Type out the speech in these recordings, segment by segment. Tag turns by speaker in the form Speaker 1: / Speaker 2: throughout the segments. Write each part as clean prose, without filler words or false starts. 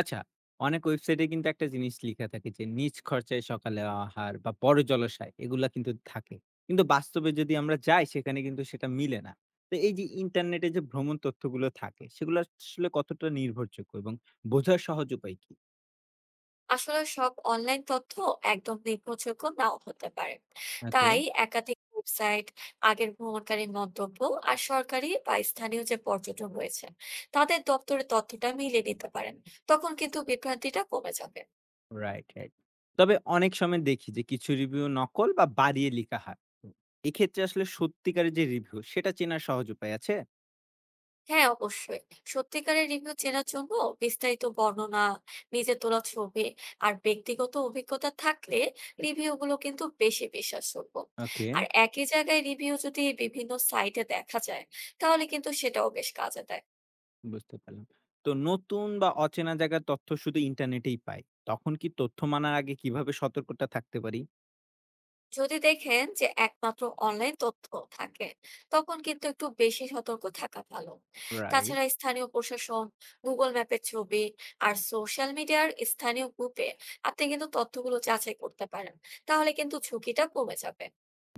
Speaker 1: আচ্ছা, অনেক ওয়েবসাইটে কিন্তু একটা জিনিস লিখা থাকে যে, নিজ খরচায় সকালে আহার বা বড় জলাশয় এগুলা কিন্তু থাকে। কিন্তু বাস্তবে যদি আমরা যাই সেখানে কিন্তু সেটা মিলে না। তো এই যে ইন্টারনেটে যে ভ্রমণ তথ্যগুলো থাকে সেগুলো আসলে কতটা নির্ভরযোগ্য এবং বোঝার সহজ উপায় কি?
Speaker 2: আসলে সব অনলাইন তথ্য একদম নির্ভরযোগ্য নাও হতে পারে।
Speaker 1: ওকে,
Speaker 2: তাই একাধিক ওয়েবসাইট, আগের ভ্রমণকারীর মন্তব্য আর সরকারি বা স্থানীয় যে পর্যটন রয়েছে তাদের দপ্তরের তথ্যটা মিলিয়ে নিতে পারেন। তখন কিন্তু বিভ্রান্তিটা কমে যাবে।
Speaker 1: Right, right. তবে অনেক সময় দেখি যে কিছু রিভিউ নকল বা বাড়িয়ে লিখা হয়। এক্ষেত্রে আসলে সত্যিকারের যে রিভিউ সেটা চেনার সহজ উপায় আছে?
Speaker 2: হ্যাঁ, অবশ্যই। সত্যিকারের রিভিউ চেনার জন্য বিস্তারিত বর্ণনা, নিজের তোলা ছবি আর ব্যক্তিগত অভিজ্ঞতা থাকলে রিভিউ গুলো কিন্তু বেশি বিশ্বাসযোগ্য।
Speaker 1: ওকে।
Speaker 2: আর একই জায়গায় রিভিউ যদি বিভিন্ন সাইটে দেখা যায়, তাহলে কিন্তু সেটাও বেশ কাজে দেয়।
Speaker 1: বুঝতে পারলাম। তো নতুন বা অচেনা জায়গার তথ্য শুধু ইন্টারনেটেই পাই। তখন কি তথ্য মানার আগে কিভাবে সতর্কতা থাকতে পারি?
Speaker 2: যদি দেখেন যে একমাত্র অনলাইন তথ্য থাকে, তখন কিন্তু একটু বেশি সতর্ক থাকা ভালো।
Speaker 1: রাইট।
Speaker 2: তাছাড়া স্থানীয় প্রশাসন, গুগল ম্যাপের ছবি আর সোশ্যাল মিডিয়ার স্থানীয় গ্রুপে আপনি কিন্তু তথ্যগুলো যাচাই করতে পারেন। তাহলে কিন্তু ঝুঁকিটা কমে যাবে।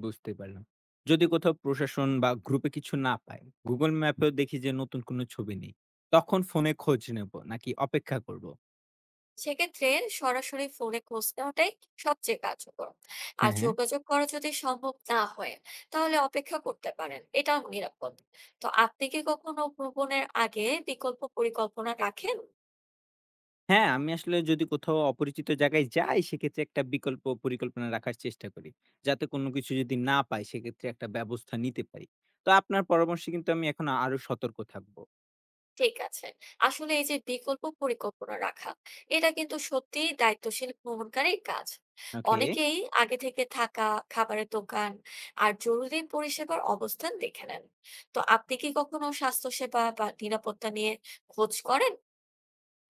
Speaker 1: বুঝতে পারলাম। যদি কোথাও প্রশাসন বা গ্রুপে কিছু না পাই, Google ম্যাপেও দেখি যে নতুন কোনো ছবি নেই। তখন ফোনে খোঁজ নেব নাকি অপেক্ষা করব?
Speaker 2: সেক্ষেত্রে সরাসরি ফোনে খোঁজ নেওয়াটাই সবচেয়ে কার্যকর। আর
Speaker 1: হ্যাঁ, হ্যাঁ।
Speaker 2: যোগাযোগ করা যদি সম্ভব না হয়, তাহলে অপেক্ষা করতে পারেন, এটাও নিরাপদ। তো আপনি কি কখনো ভ্রমণের আগে বিকল্প পরিকল্পনা রাখেন?
Speaker 1: হ্যাঁ, আমি আসলে যদি কোথাও অপরিচিত জায়গায় যাই সেক্ষেত্রে একটা বিকল্প পরিকল্পনা রাখার চেষ্টা করি। যাতে কোনো কিছু যদি না পাই সেক্ষেত্রে একটা ব্যবস্থা নিতে পারি। তো আপনার পরামর্শে কিন্তু আমি এখন আরো সতর্ক থাকবো।
Speaker 2: ঠিক আছে। আসলে এই যে বিকল্প পরিকল্পনা রাখা, এটা কিন্তু সত্যিই দায়িত্বশীল ভ্রমণকারীর কাজ।
Speaker 1: ওকে।
Speaker 2: অনেকেই আগে থেকে থাকা, খাবারের দোকান আর জরুরি পরিষেবার অবস্থান দেখে নেন। তো আপনি কি কখনো স্বাস্থ্যসেবা বা নিরাপত্তা নিয়ে খোঁজ করেন?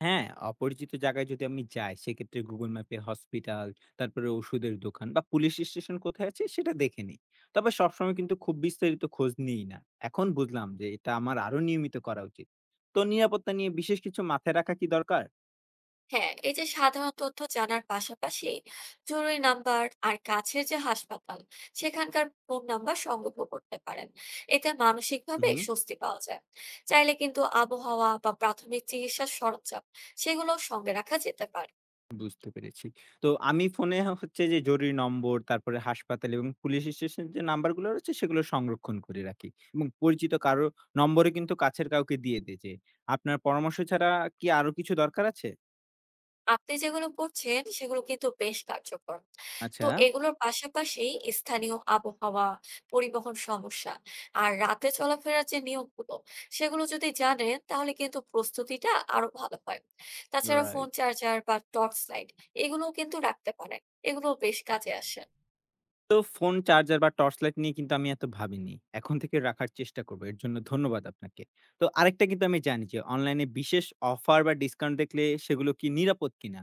Speaker 1: হ্যাঁ, অপরিচিত জায়গায় যদি আমি যাই সেক্ষেত্রে Google ম্যাপে হসপিটাল, তারপরে ওষুধের দোকান বা পুলিশ স্টেশন কোথায় আছে সেটা দেখে নিই। তবে সবসময় কিন্তু খুব বিস্তারিত খোঁজ নিই না। এখন বুঝলাম যে এটা আমার আরো নিয়মিত করা উচিত। তো নিরাপত্তা নিয়ে বিশেষ কিছু মাথায় রাখা কি দরকার?
Speaker 2: হ্যাঁ, এই যে সাধারণ তথ্য জানার পাশাপাশি জরুরি নাম্বার আর কাছের যে হাসপাতাল, সেখানকার ফোন নাম্বার সংগ্রহ করতে পারেন। এতে মানসিক ভাবে
Speaker 1: হুম,
Speaker 2: স্বস্তি পাওয়া যায়। চাইলে কিন্তু আবহাওয়া বা প্রাথমিক চিকিৎসার সরঞ্জাম সেগুলো সঙ্গে রাখা যেতে পারে।
Speaker 1: বুঝতে পেরেছি। তো আমি ফোনে হচ্ছে যে জরুরি নম্বর, তারপরে হাসপাতাল এবং পুলিশ স্টেশন যে নাম্বারগুলো রয়েছে সেগুলো সংরক্ষণ করে রাখি। এবং পরিচিত কারো নম্বরে কিন্তু কাছের কাউকে দিয়ে দেই যে, আপনার পরামর্শ ছাড়া কি আরো কিছু দরকার আছে?
Speaker 2: আপনি যেগুলো করছেন সেগুলো কিন্তু বেশ কার্যকর। তো
Speaker 1: আচ্ছা।
Speaker 2: এগুলোর পাশাপাশি স্থানীয় আবহাওয়া, পরিবহন সমস্যা আর রাতে চলাফেরার যে নিয়মগুলো সেগুলো যদি জানেন তাহলে কিন্তু প্রস্তুতিটা আরো ভালো হয়। তাছাড়া ফোন
Speaker 1: রাইট।
Speaker 2: চার্জার বা টর্চ লাইট এগুলোও কিন্তু রাখতে পারেন। এগুলো বেশ কাজে আসে।
Speaker 1: তো ফোন চার্জার বা টর্চ লাইট নিয়ে কিন্তু আমি এত ভাবিনি। এখন থেকে রাখার চেষ্টা করব। এর জন্য ধন্যবাদ আপনাকে। তো আরেকটা কিন্তু আমি জানি যে অনলাইনে বিশেষ অফার বা ডিসকাউন্ট দেখলে সেগুলো কি নিরাপদ কিনা?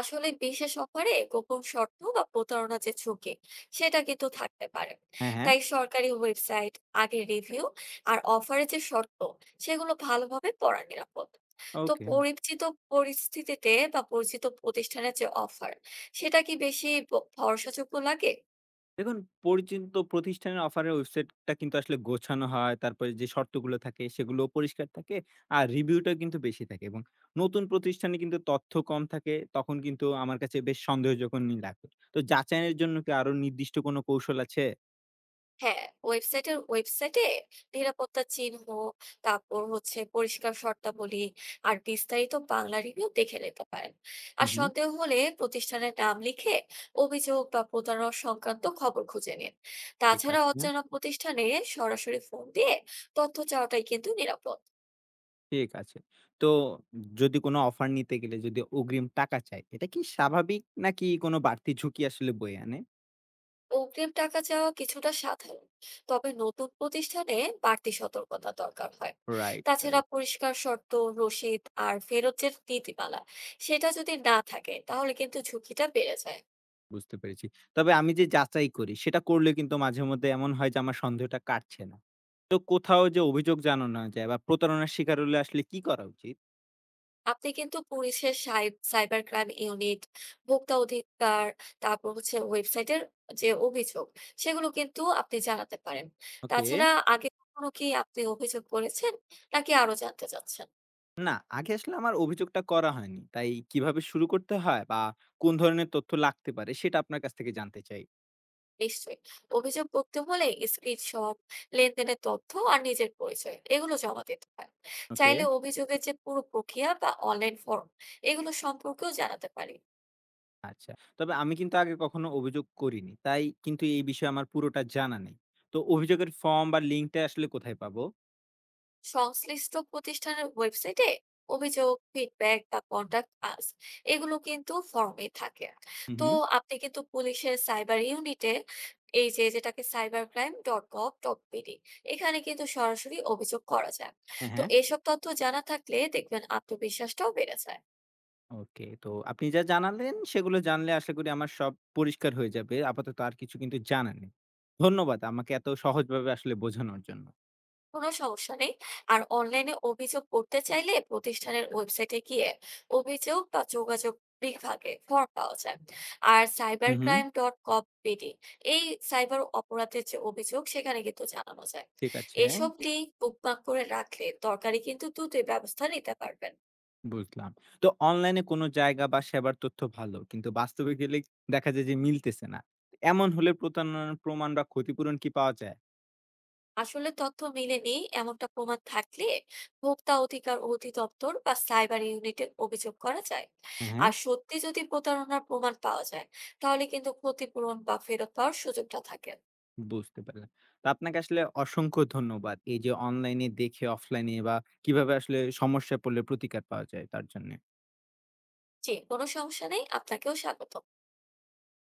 Speaker 2: আসলে বিশেষ অফারে গোপন শর্ত বা প্রতারণা যে ঝুঁকি, সেটা কিন্তু থাকতে পারে।
Speaker 1: হ্যাঁ, হ্যাঁ।
Speaker 2: তাই সরকারি ওয়েবসাইট, আগের রিভিউ আর অফারের যে শর্ত সেগুলো ভালোভাবে পড়া নিরাপদ। তো
Speaker 1: ওকে।
Speaker 2: পরিচিত পরিস্থিতিতে বা পরিচিত প্রতিষ্ঠানের যে অফার, সেটা কি বেশি ভরসাযোগ্য লাগে?
Speaker 1: দেখুন পরিচিত প্রতিষ্ঠানের অফারের ওয়েবসাইটটা কিন্তু আসলে গোছানো হয়। তারপরে যে শর্তগুলো থাকে সেগুলোও পরিষ্কার থাকে। আর রিভিউটাও কিন্তু বেশি থাকে এবং নতুন প্রতিষ্ঠানে কিন্তু তথ্য কম থাকে। তখন কিন্তু আমার কাছে বেশ সন্দেহজনকই লাগে। তো যাচাইয়ের জন্য কি আরো নির্দিষ্ট কোনো কৌশল আছে?
Speaker 2: হ্যাঁ, ওয়েবসাইটে নিরাপত্তা চিহ্ন, তারপর হচ্ছে পরিষ্কার শর্তাবলী আর বিস্তারিত বাংলা রিভিউ দেখে নিতে পারেন। আর
Speaker 1: হুম, হুম।
Speaker 2: সন্দেহ হলে প্রতিষ্ঠানের নাম লিখে অভিযোগ বা প্রতারণা সংক্রান্ত খবর খুঁজে নিন।
Speaker 1: ঠিক
Speaker 2: তাছাড়া
Speaker 1: আছে,
Speaker 2: অচেনা প্রতিষ্ঠানে সরাসরি ফোন দিয়ে তথ্য চাওয়াটাই কিন্তু নিরাপদ।
Speaker 1: ঠিক আছে। তো যদি কোনো অফার নিতে গেলে যদি অগ্রিম টাকা চায়, এটা কি স্বাভাবিক নাকি কোনো বাড়তি ঝুঁকি আসলে বয়ে আনে?
Speaker 2: অগ্রিম টাকা চাওয়া কিছুটা সাধারণ, তবে নতুন প্রতিষ্ঠানে বাড়তি সতর্কতা দরকার হয়।
Speaker 1: রাইট,
Speaker 2: তাছাড়া
Speaker 1: রাইট।
Speaker 2: পরিষ্কার শর্ত, রসিদ আর ফেরত যে নীতিমালা, সেটা যদি না থাকে তাহলে কিন্তু ঝুঁকিটা বেড়ে যায়।
Speaker 1: বুঝতে পেরেছি। তবে আমি যে যাচাই করি সেটা করলে কিন্তু মাঝেমধ্যে এমন হয় যে আমার সন্দেহটা কাটছে না। তো কোথাও যে অভিযোগ জানানো যায় বা প্রতারণার শিকার হলে আসলে কি করা উচিত?
Speaker 2: আপনি কিন্তু পুলিশের সাইবার ক্রাইম ইউনিট, ভোক্তা অধিকার, তারপর হচ্ছে ওয়েবসাইটের যে অভিযোগ, সেগুলো কিন্তু আপনি জানাতে পারেন।
Speaker 1: ওকে।
Speaker 2: তাছাড়া আগে কখনো কি আপনি অভিযোগ করেছেন, নাকি আরো জানতে চাচ্ছেন?
Speaker 1: না, আগে আসলে আমার অভিযোগটা করা হয়নি। তাই কিভাবে শুরু করতে হয় বা কোন ধরনের তথ্য লাগতে পারে সেটা আপনার কাছ থেকে জানতে চাই।
Speaker 2: নিশ্চয়ই। অভিযোগ করতে হলে স্ক্রিনশট, লেনদেনের তথ্য আর নিজের পরিচয়, এগুলো জমা দিতে হয়।
Speaker 1: ওকে।
Speaker 2: চাইলে অভিযোগের যে পুরো প্রক্রিয়া বা অনলাইন ফর্ম, এগুলো সম্পর্কেও জানাতে পারি।
Speaker 1: আচ্ছা। তবে আমি কিন্তু আগে কখনো অভিযোগ করিনি। তাই কিন্তু এই বিষয়ে আমার পুরোটা জানা নেই। তো অভিযোগের ফর্ম বা লিঙ্কটা আসলে কোথায় পাবো?
Speaker 2: সংশ্লিষ্ট প্রতিষ্ঠানের ওয়েবসাইটে অভিযোগ, ফিডব্যাক বা কন্টাক্ট আস, এগুলো কিন্তু ফর্মে থাকে।
Speaker 1: হু,
Speaker 2: তো
Speaker 1: হু।
Speaker 2: আপনি কিন্তু পুলিশের সাইবার ইউনিটে, এই যে যেটাকে cybercrime.gov.bd, এখানে কিন্তু সরাসরি অভিযোগ করা যায়।
Speaker 1: হ্যাঁ,
Speaker 2: তো
Speaker 1: হ্যাঁ।
Speaker 2: এসব তথ্য জানা থাকলে দেখবেন আত্মবিশ্বাসটাও বেড়ে যায়।
Speaker 1: ওকে। তো আপনি যা জানালেন সেগুলো জানলে আশা করি আমার সব পরিষ্কার হয়ে যাবে। আপাতত আর কিছু কিন্তু জানা নেই। ধন্যবাদ আমাকে এত সহজভাবে আসলে বোঝানোর জন্য।
Speaker 2: কোনো সমস্যা নেই। আর অনলাইনে অভিযোগ করতে চাইলে প্রতিষ্ঠানের ওয়েবসাইটে গিয়ে অভিযোগ বা যোগাযোগ বিভাগে ফর্ম পাওয়া যায়। আর সাইবার
Speaker 1: হু, হু।
Speaker 2: ক্রাইম ডট কপ বিডি এই সাইবার অপরাধের যে অভিযোগ সেখানে কিন্তু জানানো যায়।
Speaker 1: ঠিক আছে,
Speaker 2: এসব লিঙ্ক বুকমার্ক করে রাখলে দরকারই কিন্তু দ্রুতই ব্যবস্থা নিতে পারবেন।
Speaker 1: বুঝলাম। তো অনলাইনে কোনো জায়গা বা সেবার তথ্য ভালো। কিন্তু বাস্তবে গেলে দেখা যায় যে মিলতেছে না। এমন হলে প্রতারণার প্রমাণ বা ক্ষতিপূরণ কি পাওয়া যায়?
Speaker 2: আসলে তথ্য মিলেনি এমনটা প্রমাণ থাকলে ভোক্তা অধিকার অধিদপ্তর বা সাইবার ইউনিটে অভিযোগ করা যায়।
Speaker 1: হ্যাঁ, হ্যাঁ।
Speaker 2: আর সত্যি যদি প্রতারণার প্রমাণ পাওয়া যায় তাহলে কিন্তু ক্ষতিপূরণ বা ফেরত পাওয়ার সুযোগটা থাকে।
Speaker 1: বুঝতে পারলাম। তো আপনাকে আসলে অসংখ্য ধন্যবাদ। এই যে অনলাইনে দেখে অফলাইনে বা কিভাবে আসলে সমস্যায় পড়লে প্রতিকার পাওয়া যায় তার জন্য।
Speaker 2: জি, কোনো সমস্যা নেই, আপনাকেও স্বাগত।